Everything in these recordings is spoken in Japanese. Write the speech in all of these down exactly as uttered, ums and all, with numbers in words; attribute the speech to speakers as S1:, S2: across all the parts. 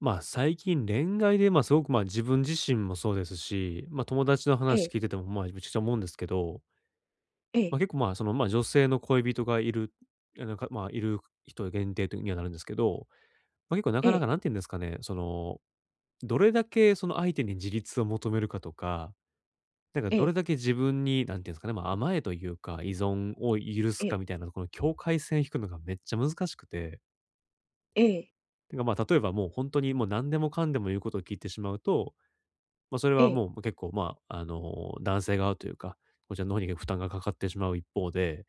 S1: まあ、最近恋愛で、まあ、すごく、まあ、自分自身もそうですし、まあ、友達の
S2: え
S1: 話
S2: え。
S1: 聞いてても、まあ、めちゃくちゃ思うんですけど、
S2: え
S1: まあ、
S2: え。
S1: 結構、まあ、その、まあ、女性の恋人がいる、あのかまあ、いる人限定にはなるんですけど、まあ、結構な
S2: え
S1: かなか、
S2: え。
S1: なんて言うんですかね、その、どれだけその相手に自立を求めるかとか、なんか
S2: え
S1: どれ
S2: え。
S1: だけ自分に、なんていうんですかね、まあ、甘えというか、依存を許すか
S2: え
S1: みたいな、この境界線引くのがめっちゃ難しくて、
S2: え。
S1: てかまあ、例えばもう本当にもう何でもかんでも言うことを聞いてしまうと、まあ、それ
S2: え
S1: は
S2: え。
S1: もうま結構、まあ、あの、男性側というか、こちらの方に負担がかかってしまう一方で、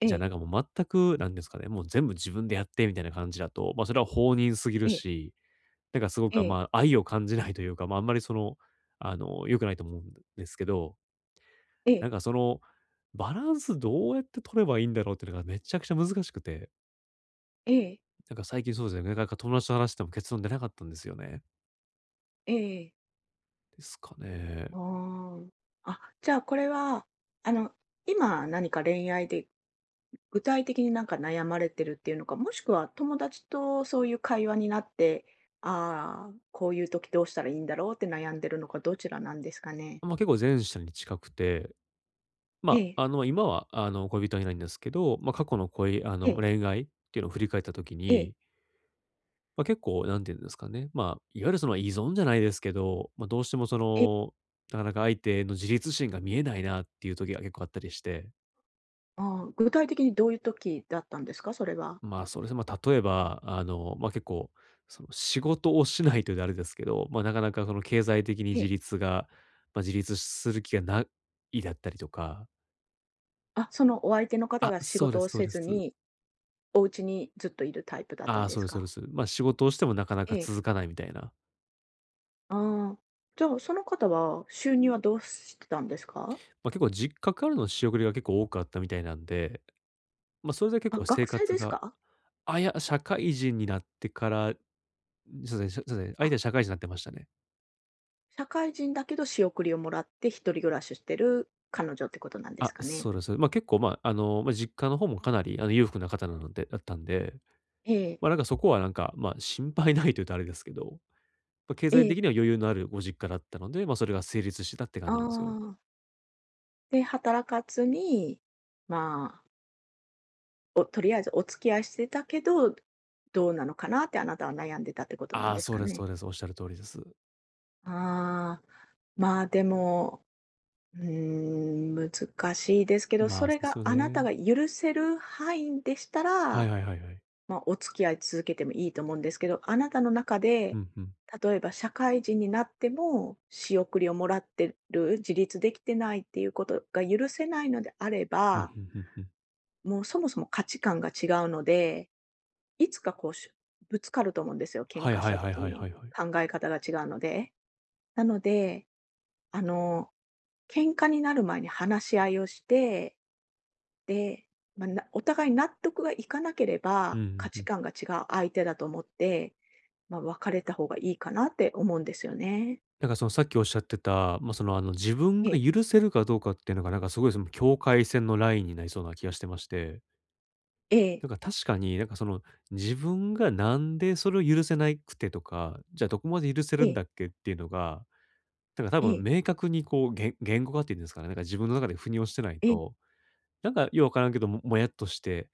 S2: え
S1: じゃあ、
S2: え。
S1: なんかもう全く、なんですかね、もう全部自分でやってみたいな感じだと、まあ、それは放任すぎる
S2: え
S1: し、なんかすごく、
S2: え。
S1: まあ、愛を感じないというか、まあ、あんまりその、あの、良くないと思うんですけど、
S2: ええ。ええ。
S1: なん
S2: え
S1: か
S2: え。
S1: その、バランスどうやって取ればいいんだろうっていうのがめちゃくちゃ難しくて、
S2: ええ。
S1: なんか最近そうですね、なかなか友達と話しても結論出なかったんですよね。
S2: ええ。
S1: ですかね。
S2: ああ。あ、じゃあこれは、あの、今何か恋愛で、具体的になんか悩まれてるっていうのか、もしくは友達とそういう会話になって、ああ、こういう時どうしたらいいんだろうって悩んでるのか、どちらなんですかね？
S1: ま、結構前者に近くて
S2: え
S1: ま
S2: え。
S1: あ、あの、今は、あの、恋人はいないんですけど、まあ、過去の恋あ
S2: え
S1: の、
S2: え。
S1: 恋愛っていうのを振り返った時
S2: ええ。
S1: に、まあ、結構何て言うんですかね、まあ、いわゆるその依存じゃないですけど、まあ、どうしてもそ
S2: ええ。
S1: の、なかなか相手の自立心が見えないなっていう時が結構あったりして、
S2: ああ、具体的にどういう時だったんですか？それは。
S1: まあ、それですねま例えば、あの、まあ、結構、その、仕事をしないというとあれですけど、まあ、なかなかその経済的に
S2: え
S1: 自
S2: え。
S1: 立がまあ、自立する気がないだったりとか
S2: あ、そのお相手の方
S1: あ、
S2: が仕
S1: そうで
S2: 事
S1: す
S2: を
S1: そう
S2: せ
S1: で
S2: ず
S1: す。
S2: に、お家にずっといるタイプだった
S1: あ
S2: ん
S1: あ、
S2: で
S1: そう
S2: す
S1: ですそうで
S2: か？
S1: す。まあ、仕事をしてもなかなか
S2: え
S1: 続
S2: え。
S1: かないみたいな。
S2: ああ、じゃあ、その方は収入はどうしてたんですか？
S1: ま、結構実家からの仕送りが結構多かったみたいなんで、ま、それで結
S2: あ、
S1: 構生
S2: 学生
S1: 活
S2: です
S1: が
S2: か？
S1: あ、いや、社会人になってから、そうですね、そうですね、相手
S2: あ、
S1: は社会人になってましたね。
S2: 社会人だけど仕送りをもらって一人暮らししてる彼女ってことなんです
S1: あ、
S2: か
S1: そ
S2: ね？
S1: うですそう。ま、結構、まあ、あの、まあ、実家の方もかなり、あの、裕福な方なのでだったんで、
S2: ええ。
S1: ま、なんかそこはなんか、ま、心配ないと言うとあれですけど、まあ、経
S2: え
S1: 済
S2: え。
S1: 的には余裕のあるご実家だったので、ま、それが成立してたって感
S2: あ
S1: じなんですよ。
S2: あ、で、働かずに、まあ、おとりあえずお付き合いしてたけど、どうなのかなってあなたは悩んでたってことなん
S1: ああ、
S2: です
S1: そう
S2: か
S1: ですそ
S2: ね？
S1: うです。おっしゃる通りです。
S2: ああ、まあ、でもうーん、難しいですけど、
S1: ま
S2: そ
S1: あ、そ
S2: れ
S1: うです
S2: が
S1: よ
S2: あなた
S1: ね。
S2: が許せる範囲でした
S1: はい
S2: ら、
S1: はいはいはい。
S2: まあ、お付き合い続けてもいいと思うんですけど、あなたの中
S1: う
S2: で、
S1: ん、うん。
S2: 例えば社会人になっても仕送りをもらってる、自立できてないっていうことが許せないのであれ
S1: うん、うん
S2: ば、
S1: うんうん。
S2: もうそもそも価値観が違うので、いつかこうしぶつかると思うんですよ、喧
S1: はい
S2: 嘩し
S1: はい
S2: た
S1: はい
S2: 時
S1: はいは
S2: に。
S1: いはい。
S2: 考え方が違うので。なので、あの、喧嘩になる前に話し合いをして、で、まあ、なお互い納得がいかなけれ
S1: うん
S2: ば、
S1: う
S2: 価
S1: んう
S2: 値
S1: ん。
S2: 観が違う相手だと思って、まあ、別れた方がいいかなって思うんですよね。
S1: なんかそのさっきおっしゃってた、まあ、その、あの、自分
S2: え
S1: が
S2: え。
S1: 許せるかどうかっていうのが、なんかすごいその境界線のラインになりそうな気がしてまして、
S2: ええ。
S1: なんか確かになんかその、自分がなんでそれを許せないくてとか、じゃあどこまで許せる
S2: え
S1: んだ
S2: え。
S1: っけっていうのが、なんか多
S2: え
S1: 分
S2: え。
S1: 明確にこう、言言語化っていうんですかね、なんか自分の中で腑に落ちてない
S2: ええ。
S1: と、なんかようわからんけど、ももやっとして、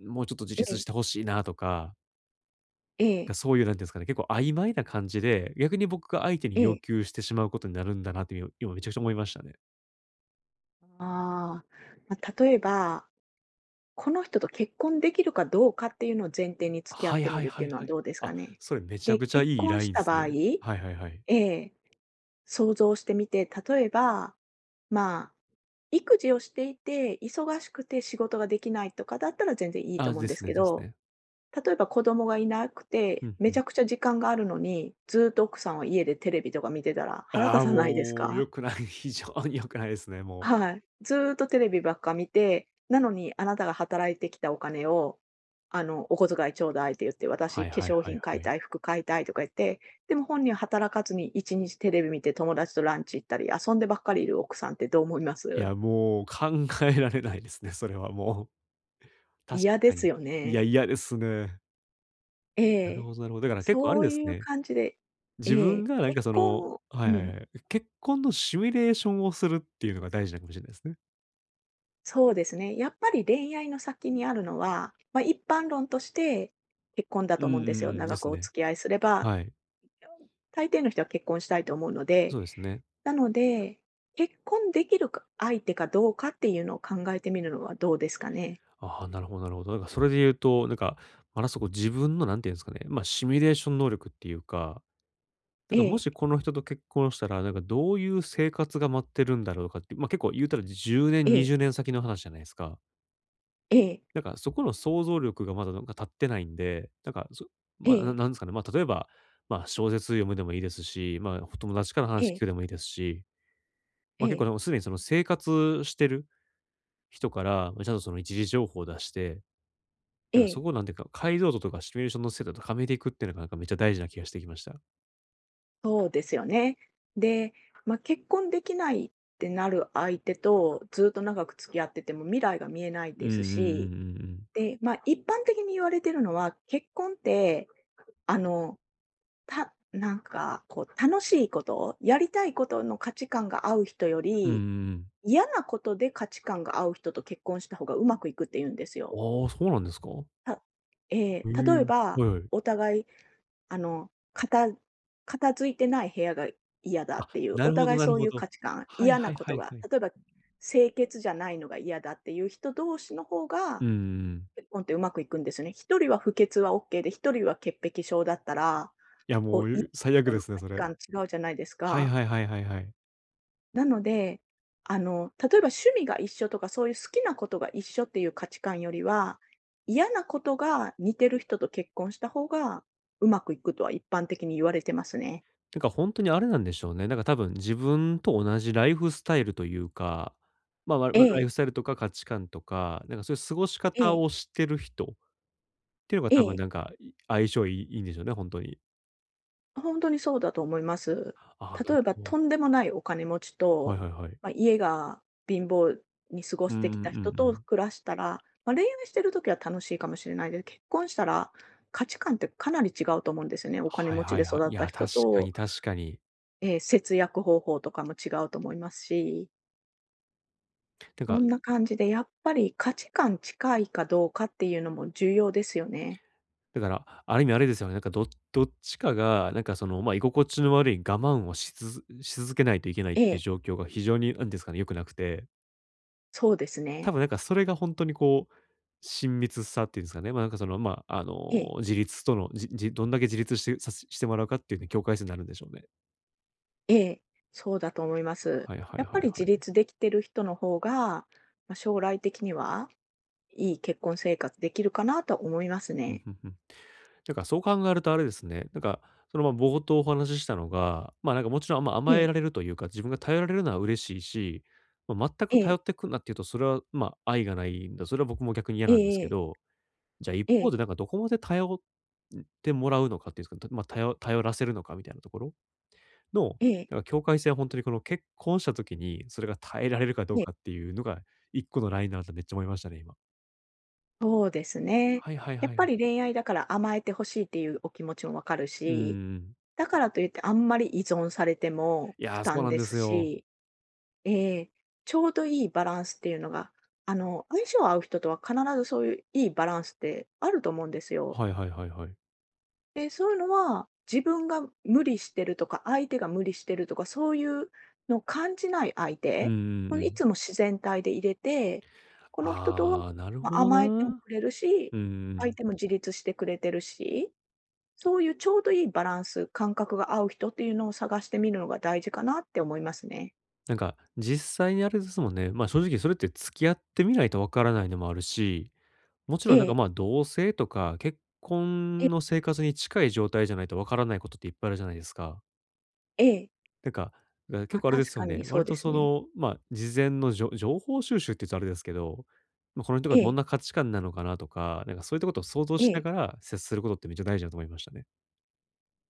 S1: もうちょっと自
S2: え
S1: 立し
S2: え。
S1: てほしいなとか
S2: ええ。
S1: が、そういう、なんていうんですかね、結構曖昧な感じで、逆に僕が相手に要求してしまうことになるんだなっていう、今めちゃくちゃ思いましたね。
S2: ああ、まあ、例えば、この人と結婚できるかどうかっていうのを前提に付き合
S1: は
S2: っ
S1: い
S2: てみ
S1: はい
S2: るっ
S1: は
S2: てい
S1: い
S2: うのは
S1: はい。
S2: どうです
S1: あ、
S2: かね？
S1: それめちゃ
S2: で、
S1: くちゃ
S2: 結
S1: いい
S2: 婚
S1: ライ
S2: し
S1: ンで
S2: た
S1: す
S2: 場合、
S1: ね。はいはいはい。
S2: ええ、想像してみて、例えば、まあ育児をしていて、忙しくて仕事ができないとかだったら全然いいと
S1: あ、
S2: 思う
S1: で
S2: んで
S1: す
S2: す
S1: ね
S2: け
S1: です
S2: ど、
S1: ね。
S2: 例えば子供がいなく
S1: う
S2: て、
S1: んう
S2: めち
S1: ん。
S2: ゃくちゃ時間があるのに、ずっと奥さんは家でテレビとか見てたら腹
S1: あ
S2: 立
S1: あ、
S2: たないです
S1: もう
S2: か？
S1: 良くない、非常に良くないですね、もう。
S2: はい。ずっとテレビばっか見て、なのにあなたが働いてきたお金を、あの、お小遣いちょうだいって言って、
S1: は
S2: 私
S1: い
S2: 化
S1: はい
S2: 粧
S1: はい
S2: 品買
S1: は
S2: い
S1: い。
S2: たい、服買いたいとか言って、でも本人は働かずにいちにちテレビ見て友達とランチ行ったり、遊んでばっかりいる奥さんってどう思いま
S1: い
S2: す？
S1: や、もう考えられないですね、それはもう。確
S2: 嫌で
S1: か
S2: す
S1: に。
S2: よ
S1: いや、
S2: ね。
S1: 嫌ですね。な
S2: え
S1: るほ
S2: え。
S1: どなるほど。だから結構あれ
S2: そ
S1: で
S2: う
S1: す
S2: いう
S1: ね
S2: 感じで、
S1: 自
S2: ええ、
S1: 分がなん
S2: 結
S1: かその
S2: 婚
S1: は
S2: う
S1: いはいは
S2: ん、
S1: い。結婚のシミュレーションをするっていうのが大事なのかもしれないですね。
S2: そうですね。やっぱり恋愛の先にあるのは、ま、一般論として結婚だ
S1: うん
S2: と
S1: うん
S2: 思うん
S1: う
S2: ですよ。
S1: ん、で
S2: 長
S1: す
S2: くお
S1: ね。
S2: 付き合いすれば、
S1: はい。
S2: 大抵の人は結婚したいと思うの
S1: そ
S2: で。
S1: うですね。
S2: なので、結婚できるか相手かどうかっていうのを考えてみるのはどうですかね。
S1: ああ、なるほどなるほど。だからそれで言うと、なんか、まだそこ自分のなんていうんですかね、まあ、シミュレーション能力っていうか、だ
S2: え
S1: からも
S2: え。
S1: しこの人と結婚したら、なんかどういう生活が待ってるんだろうとかって、ま、結構言うたらじゅうねん、
S2: え
S1: 20
S2: え。
S1: 年先の話じゃないですか。
S2: ええ。
S1: なんかそこの想像力がまだなんか立ってないんで、なんか、そ
S2: え
S1: まあ、な
S2: え。
S1: なんですかね、まあ、例えば、まあ、小説読むでもいいですし、ま、あ友達から
S2: え
S1: 話聞
S2: え。
S1: くでもいいですし、ま
S2: え
S1: あ、結構
S2: え。
S1: でもすでにその生活してる人から、ま、ちゃんとその一時情報を出して、
S2: え
S1: だからそ
S2: え。
S1: こをなんていうか、解像度とかシミュレーションの精度とかめていくっていうのがなんかめっちゃ大事な気がしてきました。
S2: そうですよね。で、まあ、結婚できないってなる相手と、ずっと長く付き合ってても未来が見えない
S1: うんう
S2: で
S1: んうんう
S2: すし、
S1: んうん。
S2: で、まあ、一般的に言われてるのは、結婚って、あの、たなんかこう楽しいこと、やりたいことの価値観が合う人よ
S1: うんうん
S2: り、
S1: うん。
S2: 嫌なことで価値観が合う人と結婚した方がうまくいくって言うんですよ。
S1: ああ、そうなんですか？
S2: たえ
S1: へ
S2: え、例え
S1: え、
S2: ば、
S1: はいはい。
S2: お互いあの、片片付いてない部屋が嫌だ
S1: あ、
S2: っていう、
S1: な
S2: お
S1: るほど
S2: 互い
S1: なる
S2: そう
S1: ほ
S2: いう
S1: ど。
S2: 価値観、
S1: はい
S2: 嫌
S1: は
S2: な
S1: い
S2: こ
S1: は
S2: と
S1: い
S2: が、
S1: はい。
S2: 例えば清潔じゃないのが嫌だっていう人同士の方
S1: う
S2: が、
S1: んうんうん。
S2: 結婚ってうまくいくんですよね。一人は不潔はオッケーで、一人は潔癖症だったら、
S1: いや、
S2: こ
S1: もう、
S2: う、い
S1: う最悪
S2: と
S1: で
S2: の
S1: すね、
S2: 価
S1: そ
S2: 値
S1: れ。
S2: 観違うじゃないです
S1: はい
S2: か。
S1: はいはいはい。はい。
S2: なので、あの、例えば趣味が一緒とか、そういう好きなことが一緒っていう価値観よりは、嫌なことが似てる人と結婚した方がうまくいくとは一般的に言われてますね。
S1: なんかほんとにあれなんでしょうね。なんか多分自分と同じライフスタイルというか、まあ、わ
S2: え
S1: わライ
S2: え。
S1: フスタイルとか価値観とか、なんかそういう過ごし
S2: え
S1: 方
S2: え。
S1: をしてる人っていうのが
S2: え
S1: 多分
S2: え。
S1: なんか、い相性いいいいんでしょうね、ほんとに。
S2: 本当にそうだと思います。
S1: ああ、な
S2: 例
S1: る
S2: えば
S1: ほ
S2: と
S1: ど。
S2: んでもないお金持ち
S1: はい
S2: と、
S1: はいはい。
S2: まあ、家が貧乏に過ご
S1: う
S2: し
S1: ん
S2: てき
S1: うん
S2: た
S1: うん
S2: 人
S1: う
S2: と
S1: ん。
S2: 暮らしたら、まあ、恋愛してる時は楽しいかもしれないけど、結婚したら価値観ってかなり違うと思うんですよね。お金
S1: はい
S2: 持ち
S1: は
S2: で
S1: いは
S2: 育
S1: い。い
S2: った
S1: や、確
S2: 人
S1: か
S2: と
S1: に確かに。
S2: えー節約方法とかも違うと思いますし、
S1: なん
S2: そ
S1: か
S2: んな感じでやっぱり価値観近いかどうかっていうのも重要ですよね。
S1: だから、ある意味あれですよね。なんかどどっちかが、なんかその、まあ、居心地の悪い我慢をしつづし続けないといけないっ
S2: え
S1: ていう
S2: え、
S1: 状況が非常に、なんですかね、良くなくて、
S2: そうです
S1: 多
S2: ね。
S1: 分なんかそれが本当にこう、親密さっていうんですかね、まあ、なんかその、まあ、あ
S2: ええ。
S1: の、自立との、じじどんだけ自立してさししてもらうかっていうね、境界線になるんでしょうね。
S2: ええ。そうだと思います。
S1: はいはいはい
S2: やっ
S1: は
S2: ぱり自
S1: い。
S2: 立できてる人の方が、まあ、将来的にはいい結婚生活できるかなと思います
S1: うん、
S2: ね。
S1: うんうん。なんかそう考えるとあれですね、なんか、その、ま、冒頭お話ししたのが、ま、なんかもちろん、ま、
S2: え
S1: 甘え
S2: え。
S1: られるというか、自分が頼られるのは嬉しいし、まあ、全く
S2: え
S1: 頼
S2: え。
S1: ってくんなっていうと、それは、ま、愛がないんだ、それは僕も逆に嫌なんですけ
S2: ええ。
S1: ど、じゃあ一
S2: ええ。ええ。え
S1: 方
S2: え。
S1: でなんかどこまで頼ってもらうのかっていうんですか、ま、あ頼頼らせるのかみたいなところの、なんか境界線は本当にこの結婚した時に、それが耐えられるかどう
S2: ええ。え
S1: かっ
S2: え。
S1: ていうのが一個のラインだなってめっちゃ思いましたね、今。
S2: そうですね。
S1: はいはい
S2: や
S1: は
S2: っ
S1: い。
S2: ぱ
S1: う
S2: り恋愛だから甘えてほしいっていうお気持ちもわかる
S1: んう
S2: し、
S1: ん。
S2: だからといってあんまり依存されても
S1: いや
S2: 負
S1: ー、そう
S2: 担
S1: なん
S2: で
S1: で
S2: す
S1: すよ。
S2: し、ええ、ちょうどいいバランスっていうのが、あの、相性合う人とは必ずそういういいバランスってあると思うんですよ。
S1: はいはいはいはい。
S2: で、そういうのは自分が無理してるとか、相手が無理してるとか、そういうのを感じない相
S1: うんう
S2: 手、
S1: ん
S2: こ
S1: う
S2: のい
S1: ん。
S2: つも自然体で入れて、この人とは、
S1: ああ、なる
S2: ま、
S1: ほど
S2: 甘えても
S1: な。
S2: くれるし、
S1: うんう
S2: 相
S1: ん。
S2: 手も自立してくれてるし、そういうちょうどいいバランス、感覚が合う人っていうのを探してみるのが大事かなって思いますね。
S1: なんか、実際にあれですもんね。まあ、正直それって付き合ってみないとわからないのもあるし、もちろ
S2: え
S1: んなんか、
S2: え。
S1: まあ、同棲とか結
S2: え
S1: 婚
S2: え。
S1: の生活に近い状態じゃないとわからないことっていっぱいあるじゃないですか。
S2: ええ。
S1: なんか、だから結
S2: ま、
S1: 構あれで
S2: 確
S1: す
S2: か
S1: よね。
S2: にそ
S1: 割
S2: うで
S1: と
S2: す
S1: そ
S2: ね。
S1: の、まあ、事前のじょ情報収集って言うとあれですけど、まあ、この人が
S2: え
S1: どん
S2: え。
S1: な価値観なのかなとか、なんかそういったことを想像
S2: え
S1: しな
S2: え。
S1: がら接することってめっちゃ大事だと思いましたね。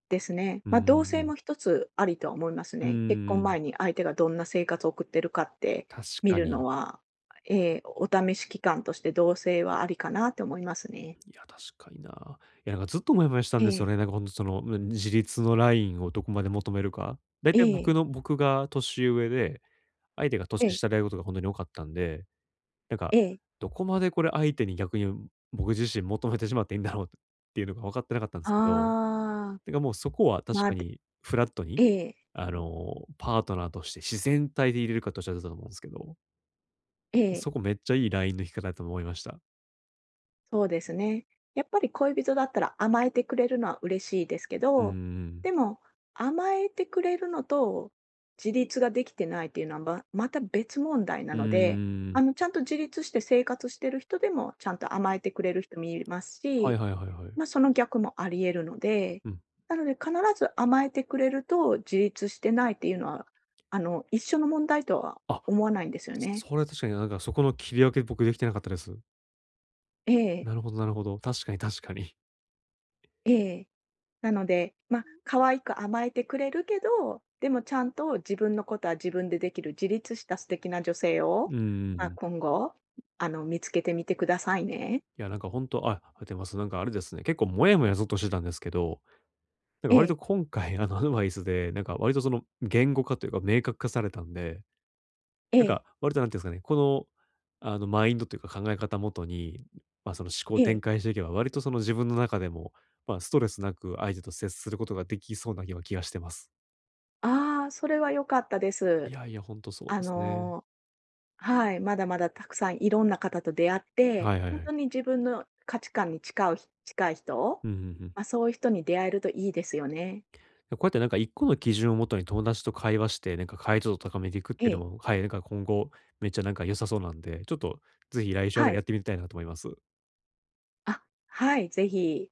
S2: ですね。
S1: うんう
S2: ま、
S1: ん
S2: 同
S1: う
S2: 棲
S1: ん。
S2: も一つありとは思います
S1: うんう
S2: ね。結
S1: んう
S2: 婚
S1: ん。
S2: 前に相手がどんな生活を送ってるかって
S1: 確
S2: 見
S1: か
S2: るの
S1: に。
S2: は、ええ、お試し期間として同棲はありかなと思いますね。
S1: いや、確かにな。いや、なんかずっとモヤモヤしたん
S2: え
S1: ですよ
S2: え。
S1: ね。なんかほんとその、む自立のラインをどこまで求めるか。だい
S2: え
S1: たい僕
S2: え。
S1: の僕が年上で、相手が
S2: え
S1: 年
S2: え。
S1: 下であることがほんとに多かったんで、なんか、
S2: ええ。
S1: どこまでこれ相手に逆に僕自身求めてしまっていいんだろうっていうのが分かってなかったんですけど、
S2: ああ、
S1: てかもうそこは確
S2: ま、
S1: か
S2: で、
S1: にフラットに、
S2: ええ、
S1: あの、パートナーとして自然体でいれるかっておっしゃってたと思うんすけど、
S2: え
S1: そ
S2: え。
S1: こめっちゃいいラインの引き方だと思いました。
S2: そうですね。やっぱり恋人だったら甘えてくれるのは嬉しいですけ
S1: うんうんう
S2: ど、
S1: ん。
S2: でも甘えてくれるのと自立ができてないっていうのはままた別問題な
S1: う
S2: ので、
S1: ー
S2: あ
S1: ん。
S2: の、ちゃんと自立して生活してる人でもちゃんと甘えてくれる人もいます
S1: はい
S2: し、
S1: はいはいはい。
S2: まあその逆もあり得るので、
S1: うん。
S2: なので必ず甘えてくれると自立してないっていうのは、あの、一緒の問題とは
S1: あ、
S2: 思わないんですよね。
S1: それ確かになんかそこの切り分け僕できてなかったです。
S2: ええ。
S1: なるほどなるほど。確かに確かに。
S2: ええ。なので、まあ、可愛く甘えてくれるけど、でもちゃんと自分のことは自分でできる自立した素敵な女性 を、
S1: うんうんう
S2: まあ、
S1: ん。
S2: 今後、あの、見つけてみてくださいね。
S1: いやなんか本当あ、あてます。なんかあれですね、結構モヤモヤずっとしてたんですけど、なんか
S2: え
S1: 割と
S2: え。
S1: 今回あのアドバイスで、なんか割とその言語化というか明確化されたんで、
S2: え
S1: なんか
S2: え。
S1: 割と何ていうんですかね、この、あのマインドというか考え方元に、ま、その思考を
S2: え
S1: 展
S2: え。
S1: 開していけば、割とその自分の中でも、ま、ストレスなく相手と接することができそうな気は気がしてます。
S2: ああ、それは良かったで
S1: い
S2: す。
S1: やいや、本当そう
S2: あ
S1: ですね。
S2: のーはい、まだまだたくさんいろんな方と出会って、
S1: はいはい
S2: 本
S1: はい。
S2: 当に自分の価値観に近う近い人、
S1: うんうんうん。
S2: まあ、そういう人に出会えるといいですよね。
S1: こうやってなんかいっこの基準をもとに友達と会話して、なんか解像度を高めていくっ
S2: え
S1: ていうの
S2: え、
S1: も、はい、なんか今後めっちゃなんか良さそうなんで、ちょっとぜひ来週あ
S2: は
S1: たりや
S2: い。
S1: ってみたいなと思います。
S2: あ、はい、ぜひ。